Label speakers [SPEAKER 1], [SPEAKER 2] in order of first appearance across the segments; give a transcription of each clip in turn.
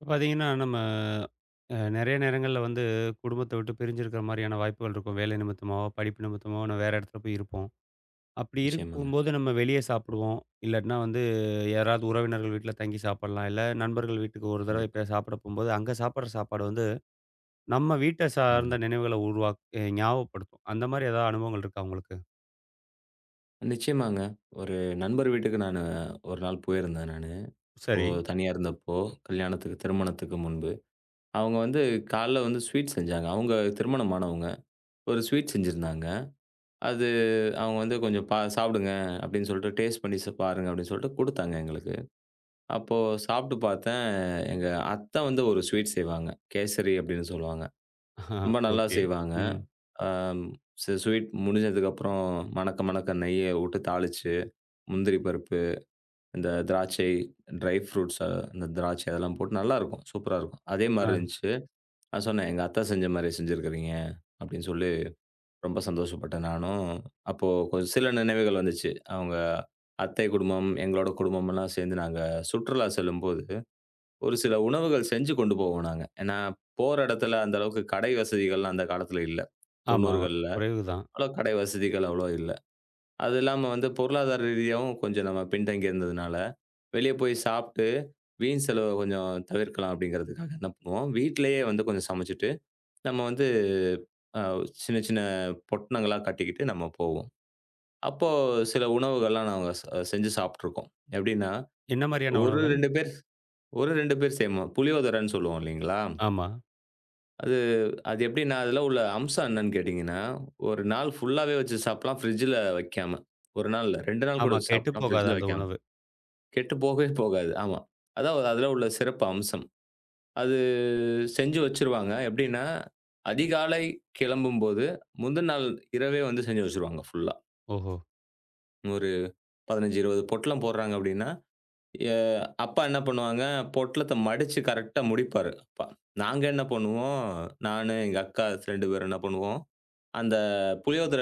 [SPEAKER 1] இப்ப பார்த்தீங்கன்னா, நம்ம நெறைய நேரங்கள்ல குடும்பத்த விட்டு பிரிஞ்சிருக்கிற மாரியான வாய்ப்புகள் இருக்கும். வேலை நிமித்தமாவோ, படிப்பு நிமித்தமாவோ நம்ம வேற இடத்துல போய் இருப்போம். அப்படி
[SPEAKER 2] நிச்சயமாங்க.
[SPEAKER 1] இருக்கும்போது நம்ம வெளிய சாப்பிடுவோம். இல்லாட்டினா யாராவது உறவினர்கள் வீட்ல தங்கி சாப்பிடலாம். இல்ல நண்பர்கள் வீட்டுக்கு ஒரு தடவை
[SPEAKER 2] கண்டிப்பா.
[SPEAKER 1] எப்பயாவது சாப்பிட போம்போது, அங்க சாப்பிடுற சாப்பாடு நம்ம வீட்ட
[SPEAKER 2] ஆமாங்க.
[SPEAKER 1] சார்ந்த நினைவுகள உருவாக் அ ஞாபகப்படுத்தும். அந்த மாரி ஏதாவது அனுபவங்கள் இருக்கா உங்களுக்கு?
[SPEAKER 2] நிச்சயமாங்க. ஒரு நண்பர் வீட்டுக்கு நானு ஒரு நாள் போயிருந்தேன் நானு. இப்போ
[SPEAKER 1] சரி.
[SPEAKER 2] தனியா இருந்தப்போ, கல்யாணத்துக்கு திருமணத்துக்கு முன்பு. அவங்க வந்து காலைல வந்து ஸ்வீட் செஞ்சாங்க. அவங்க திருமணமானவங்க. ஒரு ஸ்வீட் செஞ்சிருந்தாங்க. அது அவங்க வந்து கொஞ்சம் சாப்பிடுங்க அப்படின்னு சொல்லிட்டு, டேஸ்ட் பண்ணி பாருங்க அப்படின்னு சொல்லிட்டு குடுத்தாங்க எங்களுக்கு. அப்போ சாப்பிட்டு பார்த்தேன், எங்க அத்தை வந்து ஒரு ஸ்வீட் செய்வாங்க. கேசரி அப்படின்னு சொல்லுவாங்க. ரொம்ப நல்லா
[SPEAKER 1] ஓகே.
[SPEAKER 2] செய்வாங்க.
[SPEAKER 1] ம்.
[SPEAKER 2] அ ஸ்வீட் முடிஞ்சதுக்கப்புறம் மணக்க மணக்க நெய்ய விட்டு தாளிச்சு முந்திரி பருப்பு, இந்த திராட்சை, ட்ரை ஃப்ரூட்ஸ் இந்த திராட்சை அதெல்லாம் போட்டு நல்லாருக்கும். சூப்பரா இருக்கும். அதே
[SPEAKER 1] ஆ.
[SPEAKER 2] மாரி இருந்துச்சு. நான் சொன்னேன், "எங்க அத்தை செஞ்ச மாரி செஞ்சிருக்கிறீங்க" அப்படின்னு சொல்லி ரொம்ப சந்தோஷப்பட்டேன் நானும். அப்போ கொஞ்சம் சில நினைவுகள் வந்துச்சு. அவங்க அத்தை குடும்பம், எங்களோட குடும்பமெல்லாம் சேர்ந்து நாங்க சுற்றுலா செல்லும்போது, ஒரு சில உணவுகள் செஞ்சு கொண்டு போவோம் நாங்க. ஏன்னா, போற இடத்துல அந்த அளவுக்கு கடை வசதிகள்லாம் அந்த காலத்துல இல்ல.
[SPEAKER 1] ஆமா.
[SPEAKER 2] 90கள்ல
[SPEAKER 1] குறைவு தான்.
[SPEAKER 2] அவ்வளோ கடை வசதிகள் அவ்வளோ இல்ல. அது இல்லாம வந்து பொருளாதார ரீதியாவும் கொஞ்சம் நம்ம பின்தங்கி இருந்ததுனால, வெளிய போய் சாப்ட்டு, வீண் செலவ கொஞ்சம் தவிர்க்கலாம் அப்டிங்கிறதுக்காக என்ன பண்ணுவோம், வீட்லயே வந்து கொஞ்சம் சமைச்சுட்டு, நம்ம வந்து அ சின்ன சின்ன பொட்டணங்களா கட்டிக்கிட்டு நம்ம போவோம். அப்போ சில உணவுகள்லாம் நாங்க செஞ்சு சாப்ட்டுருக்கோம். எப்டின்னா,
[SPEAKER 1] என்ன மாரியான
[SPEAKER 2] ஒரு
[SPEAKER 1] உணவுகள்?
[SPEAKER 2] 2 பேர் ஒரு 2 பேர் செய்வோம். புளியோதரைன்னு சொல்லுவோம் இல்லைங்களா?
[SPEAKER 1] ஆமா.
[SPEAKER 2] அது அது எப்டின்னா, அதுல உள்ள அம்சம் என்னன்னு கேட்டீங்கன்னா, ஒரு நாள் ஃபுல்லாவே வச்சு சாப்டலாம் ஃப்ரிட்ஜ்ல வைக்காம. 1 நாள் இல்ல, 2 நாள் கூட
[SPEAKER 1] ஆமா.
[SPEAKER 2] வச்சு
[SPEAKER 1] கெட்டுப்
[SPEAKER 2] சாப்டலாம்
[SPEAKER 1] போகாது
[SPEAKER 2] ஃப்ரிட்ஜ்ல
[SPEAKER 1] அந்த
[SPEAKER 2] வைக்காம.
[SPEAKER 1] உணவு.
[SPEAKER 2] கெட்டு போகவே போகாது. ஆமா. அதான் அதுல உள்ள சிறப்பு அம்சம். அது செஞ்சு வச்சுருவாங்க. எப்படின்னா, அதிகாலை கிளம்பும்போது, முந்தின நாள் இரவே வந்து செஞ்சு வச்சுருவாங்க ஃபுல்லா.
[SPEAKER 1] ஓஹோ!
[SPEAKER 2] ஒரு 15, 20 பொட்டலம் போடுறாங்க அப்படின்னா, எ அப்பா என்ன பண்ணுவாங்க, பொட்டலத்த மடிச்சு கரெக்ட்டா முடிப்பாரு அப்பா. நாங்க என்ன பண்ணுவோம், நானு, எங்க அக்கா 2 பேரும் என்ன பண்ணுவோம், அந்த புளியோதர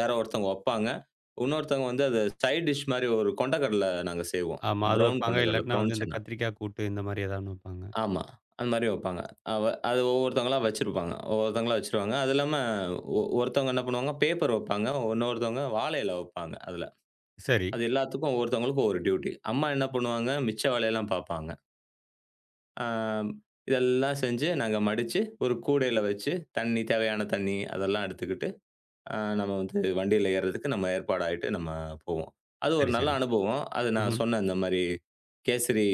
[SPEAKER 2] யாரோ ஒருத்தவங்க வப்பாங்க. இன்னொருத்தவங்க வந்து அத சைட் டிஷ் மாரி ஒரு கொண்டைக்கடல நாங்க செய்வோம்.
[SPEAKER 1] ஆமா. அது
[SPEAKER 2] ப்ரவுன்
[SPEAKER 1] வைப்பாங்க.
[SPEAKER 2] கொண்டைக்கடல,
[SPEAKER 1] இல்லாட்டினா
[SPEAKER 2] ப்ரவுன்
[SPEAKER 1] இந்த
[SPEAKER 2] சன்னா.
[SPEAKER 1] கத்திரிக்காய் கூட்டு இந்த மாரி ஏதாவது ஒண்ணு வைப்பாங்க.
[SPEAKER 2] ஆமா. அந்த மாரி வைப்பாங்க. அவ அது ஒவ்வொருத்தவங்களா வச்சிருப்பாங்க. ஒவ்வொருத்தவங்களா வச்சுருவாங்க. அது இல்லாம ஒருத்தவங்க என்ன பண்ணுவாங்க, பேப்பர் வைப்பாங்க. இன்னொருத்தவங்க வாழை இலை வைப்பாங்க அதுல.
[SPEAKER 1] சரி,
[SPEAKER 2] அது எல்லாத்துக்கும் ஒவ்வொருத்தவங்களுக்கும் ஒரு டியூட்டி. அம்மா என்ன பண்ணுவாங்க, மிச்ச வேலையெல்லாம் பார்ப்பாங்க. ஆ இதெல்லாம் செஞ்சு நாங்க மடிச்சு, ஒரு கூடையில வச்சு, தண்ணி தேவையான தண்ணி அதெல்லாம் எடுத்துக்கிட்டு நம்ம வந்து வண்டியில ஏறுறதுக்கு நம்ம ஏற்பாடாயிட்டு நம்ம போவோம். அது
[SPEAKER 1] சரி,
[SPEAKER 2] ஒரு நல்ல
[SPEAKER 1] சரி.
[SPEAKER 2] அனுபவம். அது நான்
[SPEAKER 1] ம்ஹ்ம்.
[SPEAKER 2] சொன்னேன் இந்த மாரி கேசரி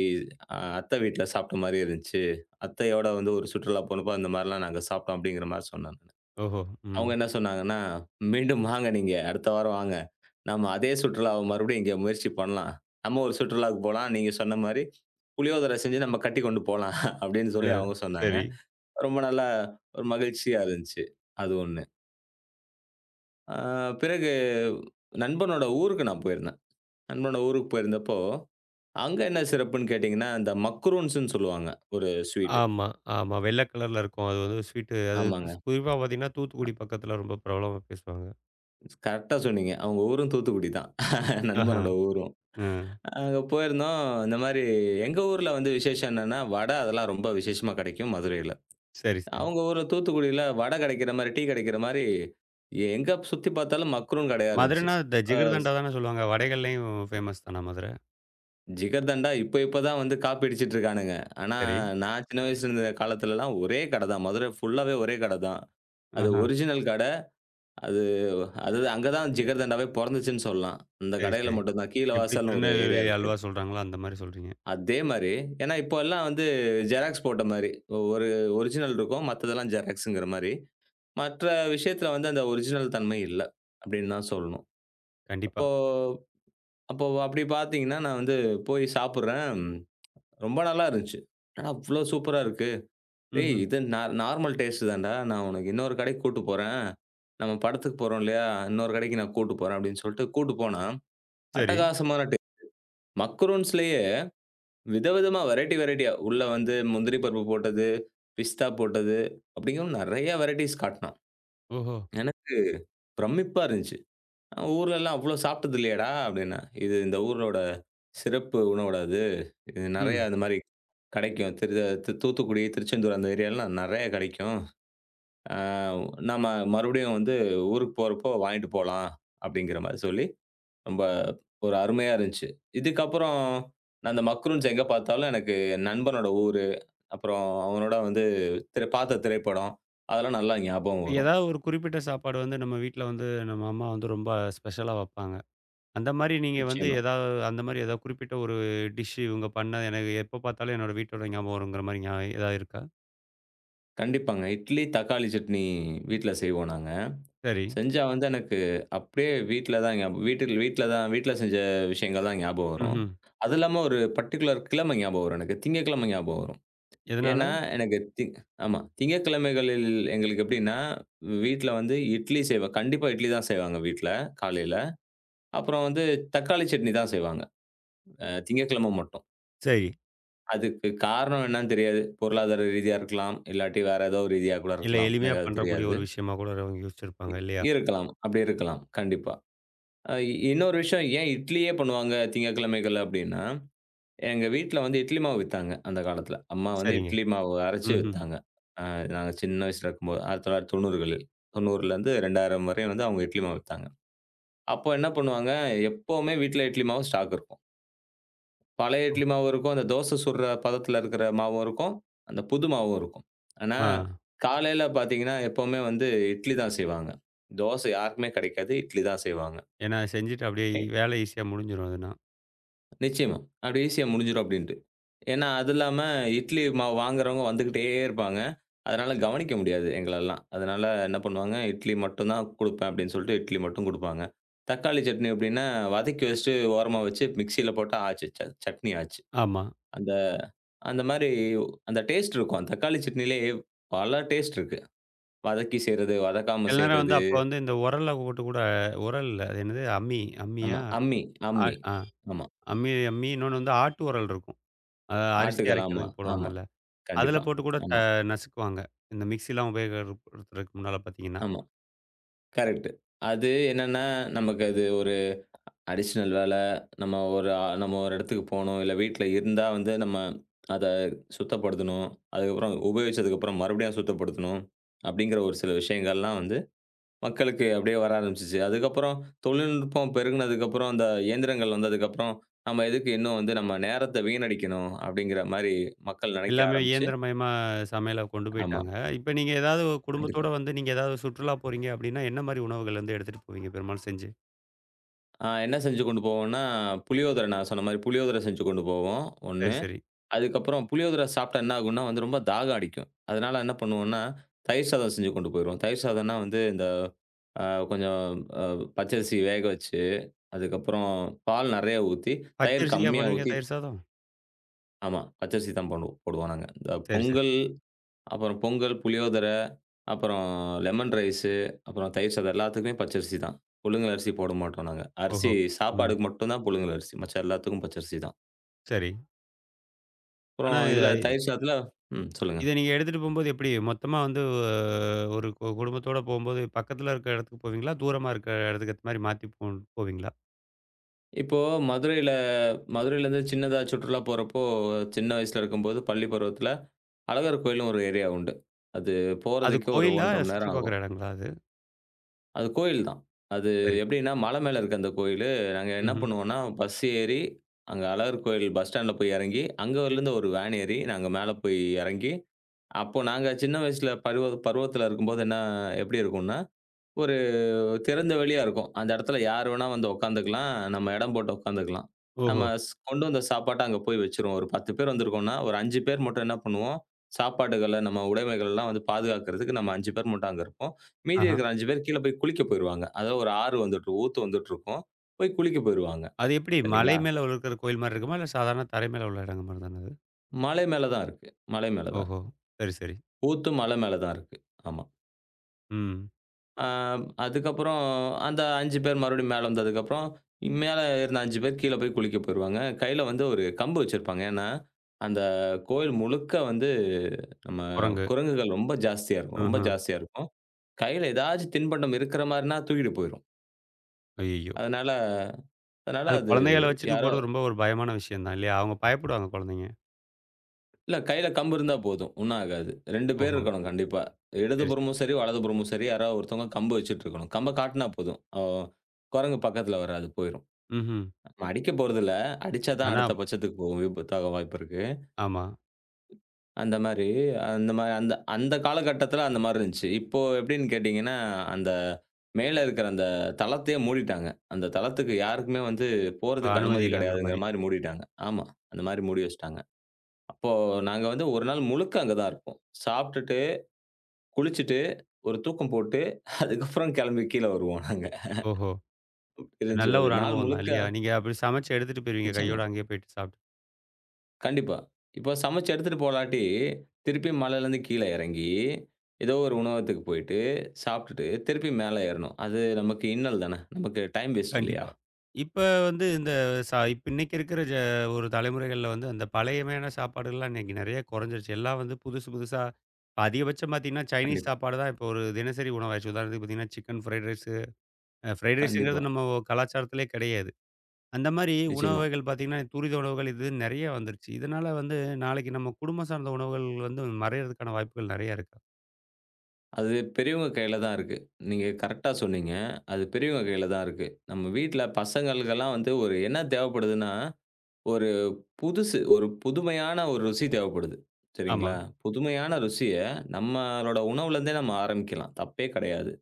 [SPEAKER 2] அத்தை வீட்ல சாப்பிட்ட மாரி இருந்துச்சு. அத்தையோட வந்து ஒரு சுற்றுலா போனப்போ அந்த மாரிலாம் நாங்க சாப்பிட்டோம் அப்படிங்கிற மாரி சொன்னாங்க.
[SPEAKER 1] ஓஹோ! ம்.
[SPEAKER 2] அவங்க என்ன சொன்னாங்கன்னா, "மீண்டும் வாங்க நீங்க அடுத்த வாரம் வாங்க. நம்ம அதே சுற்றுலாவ மறுபடியும் இங்க முயற்சி பண்ணலாம். நம்ம ஒரு சுற்றுலாவுக்கு போலாம். நீங்க சொன்ன மாரி புளியோதரை செஞ்சு நம்ம கட்டிக் கொண்டு போலாம்." அப்படின்னு
[SPEAKER 1] அ
[SPEAKER 2] சொல்லி அவங்க சொன்னாங்க.
[SPEAKER 1] சரி.
[SPEAKER 2] ரொம்ப நல்லா ஒரு மகிழ்ச்சியா இருந்துச்சு. அது ஒண்ணு. ஆ பிறகு நண்பனோட ஊருக்கு நான் போயிருந்தேன். நண்பனோட ஊருக்கு போயிருந்தப்போ, அங்க என்ன சிறப்புன்னு கேட்டீங்கன்னா, இந்த மக்ரூன்ஸ்ன்னு சொல்லுவாங்க. ஒரு ஸ்வீட்.
[SPEAKER 1] ஆமா, ஆமா. வெள்ள கலர்ல இருக்கும். அது ஸ்வீட்டு அது
[SPEAKER 2] ஆமாங்க.
[SPEAKER 1] குறிப்பா பார்த்தீங்கன்னா, தூத்துக்குடி பக்கத்தில ரொம்ப பிரபலமா பேசுவாங்க.
[SPEAKER 2] கரெக்ட்டா சொன்னீங்க. அவங்க ஊரும் தூத்துக்குடி தான்.
[SPEAKER 1] ஆஹா.
[SPEAKER 2] நண்பனோட ஊரும்.
[SPEAKER 1] ம்.
[SPEAKER 2] அங்க போயிருந்தோம். இந்த மாரி எங்க ஊர்ல வந்து விசேஷம் என்னன்னா, வடை அதெல்லாம் ரொம்ப விசேஷமா கிடைக்கும் மதுரையில.
[SPEAKER 1] சரி, சரி.
[SPEAKER 2] அவங்க ஊர்ல தூத்துக்குடியில வடை கிடைக்கிற மாரி, டீ கிடைக்கிற மாரி எங்க சுத்தி பார்த்தாலும் மக்ரூன் கடையா இருந்துச்சு.
[SPEAKER 1] மதுரைன்னா இந்த
[SPEAKER 2] அ
[SPEAKER 1] ஜிகர்தண்டா தானே சொல்லுவாங்க. வடைகள்லயும் ஃபேமஸ் தானா மதுரை?
[SPEAKER 2] ஜிகர்தண்டா இப்ப இப்ப தான் வந்து காப்பி அடிச்சிட்டு இருக்கானுங்க. ஆனா,
[SPEAKER 1] சரி.
[SPEAKER 2] நான் சின்ன வயசுல இருந்த காலத்துலலாம் ஒரே கடை தான். மதுரை ஃபுல்லாவே ஒரே கடை தான். அது
[SPEAKER 1] ஆஹா.
[SPEAKER 2] ஒரிஜினல் கடை. அது அது அங்க தான் ஜிகர்தண்டாவே பொறந்துச்சுன்னு சொல்லலாம். அந்த
[SPEAKER 1] சரி,
[SPEAKER 2] கடையில
[SPEAKER 1] சரி.
[SPEAKER 2] மட்டும் தான். கீழ
[SPEAKER 1] எப்படி
[SPEAKER 2] வாசல்னு ஒரு
[SPEAKER 1] திருநெல்வேலி
[SPEAKER 2] ஏரியா இருக்கு.
[SPEAKER 1] அல்வா சொல்றாங்களோ, அந்த மாரி சொல்றீங்க.
[SPEAKER 2] அதே மாரி. ஏன்னா இப்போ எல்லாம் வந்து ஜெராக்ஸ் போட்ட மாரி. ஒரு ஒரிஜினல் இருக்கும். மத்ததெல்லாம் ஜெராக்ஸ்ங்கிற மாரி. மற்ற விஷயத்துல வந்து அந்த ஒரிஜினல் தன்மை இல்ல. அப்படின்னு தான் சொல்லணும்.
[SPEAKER 1] கண்டிப்பா.
[SPEAKER 2] அப்போ அப்போ அப்படி பார்த்தீங்கன்னா, நான் வந்து போய் சாப்பிடுறேன். ரொம்ப நல்லா இருந்துச்சு. என்னடா இவ்ளோ சூப்பரா இருக்கு. டேய்
[SPEAKER 1] ம்ஹ்ம்.
[SPEAKER 2] இது நார்மல் டேஸ்ட் தான்டா. நான் உனக்கு இன்னொரு கடைக்கு கூட்டு போறேன். நம்ம படத்துக்கு போறோம் இல்லையா? இன்னொரு கடைக்கு நான் கூட்டு போறேன் அப்படின்னு சொல்லிட்டு கூட்டு போனா,
[SPEAKER 1] சரி.
[SPEAKER 2] அட்டகாசமான மக்ரூன்ஸ்லயே விதவிதமா வெரைட்டி வெரைட்டியா உள்ள வந்து முந்திரி பருப்பு போட்டது, பிஸ்தா போட்டது அப்படிங்கவும் நெறைய வெரைட்டிஸ் காட்டுனான்.
[SPEAKER 1] ஓஹோ!
[SPEAKER 2] எனக்கு பிரமிப்பா இருந்துச்சு. "நான் ஊர்லலாம் அவ்ளோ சாப்பிட்டது இல்லையேடா" அப்படின்னேன். "இது இந்த ஊரோட சிறப்பு உணவோட அது. இது நெறையா
[SPEAKER 1] ம்.
[SPEAKER 2] இந்த மாரி கெடைக்கும். திரு து தூத்துக்குடி, திருச்செந்தூர் அந்த ஏரியாலலாம் நெறைய கெடைக்கும். ஆ நம்ம மறுபடியும் வந்து ஊருக்கு போறப்போ வாங்கிட்டு போலாம், அப்படிங்கிற மாரி சொல்லி ரொம்ப ஒரு அருமையா இருந்துச்சு. இதுக்கப்புறம் நான் அந்த மக்ரூன்ஸ் எங்க பார்த்தாலும் எனக்கு என் நண்பனோட ஊரு, அப்புறம் அவனோட வந்து திரை பார்த்த திரைப்படம், அதெல்லாம் நல்லா ஞாபகம்
[SPEAKER 1] இப்ப
[SPEAKER 2] வரும்.
[SPEAKER 1] ஏதாவது ஒரு குறிப்பிட்ட சாப்பாடு நம்ம வீட்ல நம்ம அம்மா ரொம்ப ஸ்பெஷலா வப்பாங்க. அந்த மாரி நீங்க
[SPEAKER 2] நிச்சயமா.
[SPEAKER 1] ஏதாவது அந்த மாரி ஏதாவது குறிப்பிட்ட ஒரு டிஷ் இவங்க பண்ண எனக்கு எப்ப பார்த்தாலும் என்னோட வீட்டோட ஞாபகம் வருங்கிற மாரி ஏதாவது இருக்கா?
[SPEAKER 2] கண்டிப்பாங்க. இட்லி, தக்காளி சட்னி வீட்ல செய்வோம் நாங்க.
[SPEAKER 1] சரி.
[SPEAKER 2] செஞ்சா வந்து எனக்கு அப்படியே வீட்ல தான் ஞாபகம் வீட்டுக்கு வீட்ல தான் வீட்ல செஞ்ச விஷயங்கள் தான் ஞாபகம் வரும்.
[SPEAKER 1] ம்ஹ்ம்.
[SPEAKER 2] அது இல்லாம ஒரு பர்ட்டிகுலர் கிழமை ஞாபகம் வரும் எனக்கு. திங்கட்கிழமை ஞாபகம் வரும்.
[SPEAKER 1] எதனால?
[SPEAKER 2] ஏன்னா, எனக்கு ஆமா. திங்கட்கிழமைகளில் எங்களுக்கு எப்படின்னா, வீட்ல வந்து இட்லி செய்வேன். கண்டிப்பா இட்லி தான் செய்வாங்க வீட்ல, காலையில. அப்புறம் வந்து தக்காளி சட்னி தான் செய்வாங்க. திங்கட்கிழமை மட்டும்.
[SPEAKER 1] சரி.
[SPEAKER 2] அதுக்கு காரணம் என்னன்னு தெரியாது. பொருளாதார ரீதியா இருக்கலாம். இல்லாட்டி வேற ஏதோ ஒரு ரீதியா கூட
[SPEAKER 1] இல்ல
[SPEAKER 2] இருக்கலாம்.
[SPEAKER 1] எளிமையா
[SPEAKER 2] எனக்கு அது
[SPEAKER 1] பண்றக்கூடிய
[SPEAKER 2] தெரியாது.
[SPEAKER 1] ஒரு விஷயமா கூட அவங்க யோசிச்சிருப்பாங்க இல்லையா?
[SPEAKER 2] இருக்கலாம். அப்படி இருக்கலாம். கண்டிப்பா. அ இன்னொரு விஷயம் ஏன் இட்லியே பண்ணுவாங்க திங்கட்கிழமைகள்ல அப்டின்னா, எங்க வீட்ல வந்து இட்லி மாவு வித்தாங்க அந்த காலத்துல. அம்மா வந்து
[SPEAKER 1] சரிங்க.
[SPEAKER 2] இட்லி மாவு அரைச்சு
[SPEAKER 1] ம்ஹ்ம்.
[SPEAKER 2] வித்தாங்க. அ நாங்க சின்ன வயசுல இருக்கும்போது 1990களில் 90லேருந்து 2000 வரையும் வந்து அவங்க இட்லி மாவு வித்தாங்க. அப்போ என்ன பண்ணுவாங்க, எப்பவுமே வீட்ல இட்லி மாவு ஸ்டாக் இருக்கும். பழைய இட்லி மாவு இருக்கும், அந்த தோசை சுடுற பதத்துல இருக்கிற மாவும் இருக்கும், அந்த புது மாவும் இருக்கும். ஆனா,
[SPEAKER 1] ஆ.
[SPEAKER 2] காலையில பாத்தீங்கன்னா, எப்பவுமே வந்து இட்லி தான் செய்வாங்க. தோசை யாருக்குமே கெடைக்காது, இட்லி தான் செய்வாங்க.
[SPEAKER 1] ஏன்னா செஞ்சுட்டு அப்படியே வேலை ஈஸியா முடிஞ்சிரும் அதுனா.
[SPEAKER 2] நிச்சயமா. அப்படி ஈஸியா முடிஞ்சிரும் அப்படின்ட்டு. ஏன்னா, அது இல்லாம இட்லி மாவு வாங்குறவங்க வந்துகிட்டே இருப்பாங்க. அதனால கவனிக்க முடியாது எங்களெல்லாம். அதனால என்ன பண்ணுவாங்க, இட்லி மட்டும் தான் குடுப்பேன் அப்படின்னு சொல்லிட்டு இட்லி மட்டும் குடுப்பாங்க. தக்காளி சட்னி அப்படின்னா, வதக்கி வச்சுட்டு ஓரமா வச்சு மிக்ஸியில போட்டா ஆச்சு. சட்னி ஆச்சு.
[SPEAKER 1] ஆமா.
[SPEAKER 2] அந்த அந்த மாரி அந்த டேஸ்ட் இருக்கும். அந்த தக்காளி சட்னியிலயே பல டேஸ்ட் இருக்கு. வதக்கி செய்றது, வதக்காம
[SPEAKER 1] சில நேரம்
[SPEAKER 2] செய்றது.
[SPEAKER 1] அப்ப இந்த உரல்ல போட்டு கூட உரல் இல்ல. அது என்னது அம்மி அம்மியா?
[SPEAKER 2] ஆமா. அம்மி.
[SPEAKER 1] ஆ
[SPEAKER 2] அம்மி.
[SPEAKER 1] ஆ
[SPEAKER 2] ஆமா.
[SPEAKER 1] அம்மி அம்மி இன்னொன்னு ஆட்டு உரல் இருக்கும். அரிசி
[SPEAKER 2] ஆட்டுக்கல் ஆமா,
[SPEAKER 1] அரைக்கிறதுக்கு
[SPEAKER 2] ஆமா.
[SPEAKER 1] போடுவாங்கல்ல. அதுல
[SPEAKER 2] கண்டிப்பா.
[SPEAKER 1] போட்டு கூட
[SPEAKER 2] ஆமா,
[SPEAKER 1] நசுக்குவாங்க. இந்த மிக்ஸிலாம் உபயோகப்படுத்துறதுக்கு முன்னால பார்த்தீங்கன்னா.
[SPEAKER 2] ஆமா. கரெக்ட். அது என்னன்னா, நமக்கு அது ஒரு அடிஷனல் வேல. நம்ம ஒரு நம்ம ஒரு இடத்துக்கு போணும். இல்ல வீட்ல இருந்தா வந்து நம்ம அத சுத்தப்படுத்தணும். அதுக்கப்புறம் உபயோகிச்சதுக்கப்புறம் மறுபடியும் அத சுத்தப்படுத்தணும். அப்படிங்கிற ஒரு சில விஷயங்கள்லாம் வந்து மக்களுக்கு அப்படியே வர ஆரம்பிச்சுச்சு. அதுக்கப்புறம் தொழில்நுட்பம் பெருகுனதுக்கப்புறம், அந்த இயந்திரங்கள் வந்ததுக்கப்புறம், நம்ம எதுக்கு இன்னும் வந்து நம்ம நேரத்த வீணடிக்கணும் அப்படிங்கிற மாரி மக்கள் நெனைக்க
[SPEAKER 1] எல்லாமே
[SPEAKER 2] ஆரம்பிச்சு.
[SPEAKER 1] இயந்திரமயமா சமையல கொண்டு
[SPEAKER 2] ஆமா,
[SPEAKER 1] போயிட்டாங்க. இப்ப நீங்க ஏதாவது ஒரு குடும்பத்தோட
[SPEAKER 2] கண்டிப்பா.
[SPEAKER 1] நீங்க ஏதாவது சுற்றுலா போறீங்க அப்டின்னா, என்ன மாரி உணவுகள் எடுத்துட்டு போவீங்க பெரும்பாலும் செஞ்சு?
[SPEAKER 2] என்ன செஞ்சு கொண்டு போவோம்னா, புளியோதரை நான் சொன்ன மாரி புளியோதரை செஞ்சு கொண்டு போவோம்.
[SPEAKER 1] சரி,
[SPEAKER 2] 1.
[SPEAKER 1] சரி.
[SPEAKER 2] அதுக்கப்புறம் புளியோதரை சாப்பிட்டா என்ன ஆகும்னா வந்து ரொம்ப தாகம் அடிக்கும். அதனால என்ன பண்ணுவோம்னா, தயிர் சாதம் செஞ்சு கொண்டு போயிருவோம். தயிர் சாதம்னா வந்து இந்த அ கொஞ்சம் அ பச்சரிசி வேக வச்சு, அதுக்கப்புறம் பால் நெறையா ஊத்தி, தயிர்
[SPEAKER 1] பச்சரிசிலயா
[SPEAKER 2] கம்மியா
[SPEAKER 1] போடுவீங்க
[SPEAKER 2] ஊத்தி.
[SPEAKER 1] தயிர் சாதம்?
[SPEAKER 2] ஆமா பச்சரிசி தான் போடுவோம் போடுவோம் நாங்க. இந்த
[SPEAKER 1] சரி, சரி.
[SPEAKER 2] பொங்கல், அப்புறம் பொங்கல், புளியோதரை, அப்புறம் லெமன் ரைஸு, அப்புறம் தயிர் சாதம் எல்லாத்துக்குமே பச்சரிசி தான். புழுங்கல் அரிசி போட மாட்டோம் நாங்க. அரிசி
[SPEAKER 1] ஓஹோ! ம்.
[SPEAKER 2] சாப்பாடுக்கு மட்டும் தான் புழுங்கல் அரிசி. மத்த எல்லாத்துக்கும் பச்சரிசி தான்.
[SPEAKER 1] சரி. ஆனா
[SPEAKER 2] அப்புறம் இதுல தயிர் சாதத்துல ம் சொல்லுங்க.
[SPEAKER 1] இத நீங்க எடுத்துட்டு போம்போது எப்டி? மொத்தமா ஒரு குடும்பத்தோட போம்போது பக்கத்துல இருக்கிற இடத்துக்கு போவீங்களா? தூரமா இருக்கிற இடத்துக்கு ஏத்த மாரி மாத்தி போவீங்களா?
[SPEAKER 2] இப்போ மதுரையில மதுரையிலேருந்து சின்னதா சுற்றுலா போறப்போ, சின்ன வயசுல இருக்கும்போது பள்ளி பருவத்தில, அழகர் கோயில்னு ஒரு ஏரியா உண்டு. அது
[SPEAKER 1] அது
[SPEAKER 2] போறதுக்கே ஒரு
[SPEAKER 1] கோயிலா?
[SPEAKER 2] 1½ மணி
[SPEAKER 1] சுற்றி
[SPEAKER 2] நேரம் ஆகும்.
[SPEAKER 1] பார்க்குற இடங்களா அது?
[SPEAKER 2] அது கோயில் தான். அது
[SPEAKER 1] சரி.
[SPEAKER 2] எப்படின்னா, மலை மேல இருக்கு அந்த கோயிலு. நாங்க என்ன
[SPEAKER 1] ம்ஹ்ம்.
[SPEAKER 2] பண்ணுவோம்னா, பஸ் ஏறி, அங்க அழகர் கோயில் பஸ் ஸ்டாண்ட்ல போய் இறங்கி, அங்கேருந்து ஒரு வேன் ஏறி நாங்க மேல போய் இறங்கி, அப்போ நாங்க சின்ன வயசுல பருவ பருவத்தில இருக்கும்போது என்ன எப்படி இருக்கும்னா, திறந்த வெளியா இருக்கும். அந்த இடத்துல யார் வேணா வந்து உட்காந்துக்கலாம். நம்ம இடம் போட்டு உட்காந்துக்கலாம். நம்ம
[SPEAKER 1] ஓஹோ!
[SPEAKER 2] கொண்டு வந்த சாப்பாட்ட அங்க போய் வச்சுருவோம். ஒரு 10 பேர் வந்திருக்கோம்னா, ஒரு 5 பேர் மட்டும் என்ன பண்ணுவோம், சாப்பாடுகள நம்ம உடைமைகள்லாம் வந்து பாதுகாக்கிறதுக்கு நம்ம 5 பேர் மட்டும் அங்க இருப்போம். மீதி
[SPEAKER 1] ஆஹா.
[SPEAKER 2] இருக்கிற 5 பேர் கீழ போய் குளிக்க போயிருவாங்க. அதாவது ஒரு ஆறு வந்துட்டு ஊத்து வந்துட்டுருக்கும். போய் குளிக்க போயிருவாங்க.
[SPEAKER 1] அது எப்படி மலை
[SPEAKER 2] சரிங்களா?
[SPEAKER 1] மேல இருக்கிற கோயில் மாரி இருக்குமா? இல்ல சாதாரண தரை மேல உள்ள இடங்கள் மாரி தான அது?
[SPEAKER 2] மலை மேல தான் இருக்கு. மலை மேல தான்
[SPEAKER 1] ஓஹோ!
[SPEAKER 2] இருக்கு.
[SPEAKER 1] சரி, சரி.
[SPEAKER 2] ஊத்தும் மலை மேல தான் இருக்கு. ஆமா.
[SPEAKER 1] ம்.
[SPEAKER 2] ஆ அதுக்கப்புறம் அந்த 5 பேர் மறுபடியும் மேல வந்ததுக்கப்புறம், மேல இருந்த 5 பேர் கீழ போய் குளிக்க போயிருவாங்க. கையில வந்து ஒரு கம்பு வச்சிருப்பாங்க. ஏன்னா, அந்த கோயில் முழுக்க வந்து நம்ம
[SPEAKER 1] குரங்கு.
[SPEAKER 2] குரங்குகள் ரொம்ப ஜாஸ்தியா இருக்கும். ரொம்ப
[SPEAKER 1] ம்ஹ்ம்.
[SPEAKER 2] ஜாஸ்தியா இருக்கும். கையில ஏதாச்சும் தின்பண்டம் இருக்கிற மாரினா தூக்கிட்டு போயிரும்.
[SPEAKER 1] ஐயய்யோ!
[SPEAKER 2] அதனால அதனால
[SPEAKER 1] அது
[SPEAKER 2] அது.
[SPEAKER 1] குழந்தைகள வச்சுட்டு
[SPEAKER 2] யாரோ.
[SPEAKER 1] போறது ரொம்ப ஒரு பயமான விஷயம் தான் இல்லையா? அவங்க பயப்படுவாங்க குழந்தைங்க.
[SPEAKER 2] இல்ல கையில கம்பு இருந்தா போதும். ஒண்ணும் ஆகாது. 2 பேர்
[SPEAKER 1] ஓஹோ!
[SPEAKER 2] இருக்கணும் கண்டிப்பா.
[SPEAKER 1] சரி, சரி.
[SPEAKER 2] இடதுபுறமும் சரி, வலதுபுறமும் சரி யாராவது ஒருத்தவங்க கம்பு வச்சுட்டு இருக்கணும். கம்ப காட்டுனா போதும். குரங்கு பக்கத்துல வராது போயிரும்.
[SPEAKER 1] ம்ஹ்ம்.
[SPEAKER 2] நம்ம அடிக்க போறதில்ல. அடிச்சா தான்
[SPEAKER 1] ஆனா
[SPEAKER 2] அடுத்த பட்சத்துக்கு போகும். விபத்தாக வாய்ப்பு இருக்கு.
[SPEAKER 1] ஆமா.
[SPEAKER 2] அந்த மாரி அந்த மாரி அந்த அந்த காலகட்டத்தில அந்த மாரி இருந்துச்சு. இப்போ எப்படின்னு கேட்டீங்கன்னா, அந்த மேல இருக்கிற அந்த தளத்தையே மூடிட்டாங்க. அந்த தளத்துக்கு யாருக்குமே வந்து போறதுக்கு
[SPEAKER 1] அனுமதி
[SPEAKER 2] அனுமதி
[SPEAKER 1] இல்லங்கிற
[SPEAKER 2] கிடையாதுங்கிற
[SPEAKER 1] மாரி.
[SPEAKER 2] மாரி மூடிட்டாங்க. ஆமா. அந்த மாரி மூடி வச்சுட்டாங்க. அப்போ நாங்க வந்து 1 நாள் முழுக்க அங்க தான் இருப்போம். சாப்பிட்டுட்டு, குளிச்சுட்டு, ஒரு தூக்கம் போட்டு, அதுக்கப்புறம் கிளம்பி கீழ வருவோம் நாங்க.
[SPEAKER 1] ஓஹோ!
[SPEAKER 2] இருந்துச்சு
[SPEAKER 1] நல்ல
[SPEAKER 2] ஒரு
[SPEAKER 1] ஒரு
[SPEAKER 2] நாள்
[SPEAKER 1] அனுபவம் தான்
[SPEAKER 2] முழுக்க.
[SPEAKER 1] இல்லையா? நீங்க அப்படி சமைச்சு எடுத்துட்டு போயிருவீங்க
[SPEAKER 2] நிச்சயமா.
[SPEAKER 1] கையோட அங்கேயே போயிட்டு சாப்ட்டு.
[SPEAKER 2] கண்டிப்பா. இப்போ சமைச்சு எடுத்துட்டு போலாட்டி, திருப்பி மலையிலருந்து கீழ இறங்கி, ஏதோ ஒரு உணவகத்துக்கு போயிட்டு, சாப்பிட்டுட்டு திருப்பி மேல ஏறணும். அது நமக்கு இன்னல் தானே! நமக்கு டைம் வேஸ்ட் இல்லையா?
[SPEAKER 1] கண்டிப்பா. இப்ப இந்த இப்ப இன்னைக்கு இருக்கிற ஒரு தலைமுறைகள்ல அந்த பழையமையான சாப்பாடுகள்லாம் இன்னைக்கு நெறைய குறைஞ்சிருச்சு. எல்லாம் புதுசு புதுசா இப்ப அதிகபட்சம் பார்த்தீங்கன்னா, சைனீஸ்
[SPEAKER 2] கண்டிப்பா,
[SPEAKER 1] சாப்பாடு தான் இப்போ ஒரு தினசரி உணவாயிருச்சு. உதாரணத்துக்கு பார்த்தீங்கன்னா, சிக்கன் ஃப்ரைட் ரைஸு ஃப்ரைட் ரைஸுங்கிறது
[SPEAKER 2] கண்டிப்பா.
[SPEAKER 1] நம்ம கலாச்சாரத்திலே கிடையாது. அந்த மாரி உணவு
[SPEAKER 2] நிச்சயமா.
[SPEAKER 1] வகைகள் பார்த்தீங்கன்னா, துரித உணவுகள் இது நெறைய வந்துருச்சு. இதனால நாளைக்கு நம்ம குடும்பம் சார்ந்த உணவுகள் மறையறதுக்கான வாய்ப்புகள் நெறைய இருக்கா?
[SPEAKER 2] அது பெரியவங்க கையில தான் இருக்கு. நீங்க கரெக்ட்டா சொன்னீங்க. அது பெரியவங்க கையில தான் இருக்கு. நம்ம வீட்ல பசங்களுக்கெல்லாம் வந்து ஒரு என்ன தேவைப்படுதுன்னா, ஒரு புதுசு ஒரு புதுமையான ஒரு ருசி தேவைப்படுது.
[SPEAKER 1] ஆமா.
[SPEAKER 2] சரிங்களா? புதுமையான ருசிய நம்மளோட உணவுலருந்தே நம்ம ஆரம்பிக்கலாம். தப்பே கிடையாது.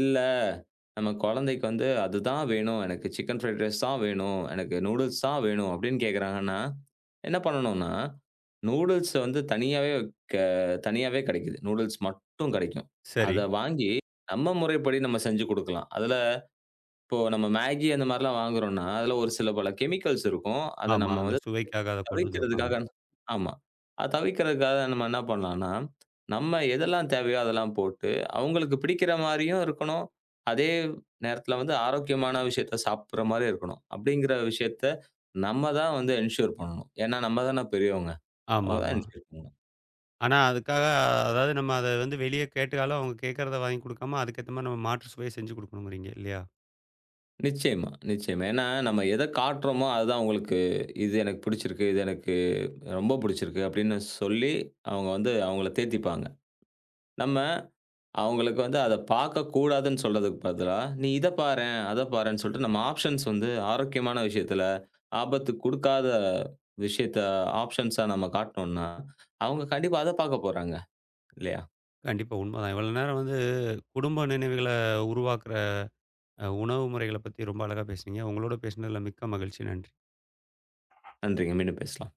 [SPEAKER 2] இல்ல, நம்ம குழந்தைக்கு வந்து அதுதான் வேணும். எனக்கு சிக்கன் ஃப்ரைட் ரைஸ் தான் வேணும். எனக்கு நூடுல்ஸ் தான் வேணும் அப்படின்னு கேட்குறாங்கன்னா, என்ன பண்ணணும்னா, நூடுல்ஸ் வந்து தனியாவே க தனியாவே கிடைக்குது. நூடுல்ஸ் மட்டும் கிடைக்கும்.
[SPEAKER 1] சரி.
[SPEAKER 2] அத வாங்கி நம்ம முறைப்படி நம்ம செஞ்சு குடுக்கலாம். அதுல இப்போ நம்ம மேகி அந்த மாரிலாம் வாங்குறோம்னா, அதுல ஒரு சில பல கெமிக்கல்ஸ் இருக்கும். அத
[SPEAKER 1] ஆமா.
[SPEAKER 2] நம்ம
[SPEAKER 1] அந்த
[SPEAKER 2] வந்து
[SPEAKER 1] சுவைக்காக அத கொண்டு வந்திருப்பாங்க.
[SPEAKER 2] தவிர்க்கிறதுக்காக. ஆமா. அத தவிர்க்கிறதுக்காக நம்ம என்ன பண்ணலாம்னா, நம்ம எதெல்லாம் தேவையோ அதெல்லாம் போட்டு, அவங்களுக்கு பிடிக்கிற மாரியும் இருக்கணும். அதே நேரத்தில வந்து ஆரோக்கியமான விஷயத்த சாப்பிடுற மாரி இருக்கணும். அப்படிங்கிற விஷயத்த நம்ம தான் வந்து என்ஷூர் பண்ணணும். ஏன்னா, நம்ம தானே பெரியவங்க. அவங்க தான்
[SPEAKER 1] ஆமாமா.
[SPEAKER 2] என்ஷூர் பண்ணணும்.
[SPEAKER 1] ஆனா, அதுக்காக அதாவது நம்ம அத வெளிய கேட்டாலும், அவங்க கேட்கிறத வாங்கி குடுக்காம, அதுக்கேத்த மாரி நம்ம மாற்று சுவைய செஞ்சு குடுக்கணுங்கிறீங்க, இல்லையா?
[SPEAKER 2] நிச்சயமா, நிச்சயமா. ஏன்னா, நம்ம எத காட்டுறோமோ அதுதான் அவங்களுக்கு, "இது எனக்கு பிடிச்சிருக்கு. இது எனக்கு ரொம்ப பிடிச்சிருக்கு" அப்படின்னு சொல்லி அவங்க வந்து அவங்கள தேத்திப்பாங்க. நம்ம அவங்களுக்கு வந்து அத பார்க்கக்கூடாதுன்னு சொல்றதுக்கு பதிலா, "நீ இத பாரேன், அத பாரேன்னு" சொல்லிட்டு நம்ம ஆப்ஷன்ஸ் வந்து ஆரோக்கியமான விஷயத்துல, ஆபத்து குடுக்காத விஷயத்த ஆப்ஷன்ஸா நம்ம காட்டுனோம்னா, அவங்க கண்டிப்பா அத பார்க்க போறாங்க. இல்லையா?
[SPEAKER 1] கண்டிப்பா உண்மதான். இவ்வளோ நேரம் குடும்ப நினைவுகள உருவாக்குற உணவு முறைகள பத்தி ரொம்ப அழகா பேசுனீங்க. உங்களோட பேசினதுல மிக்க மகிழ்ச்சி. நன்றி.
[SPEAKER 2] நன்றிங்க. மீண்டும் பேசலாம்.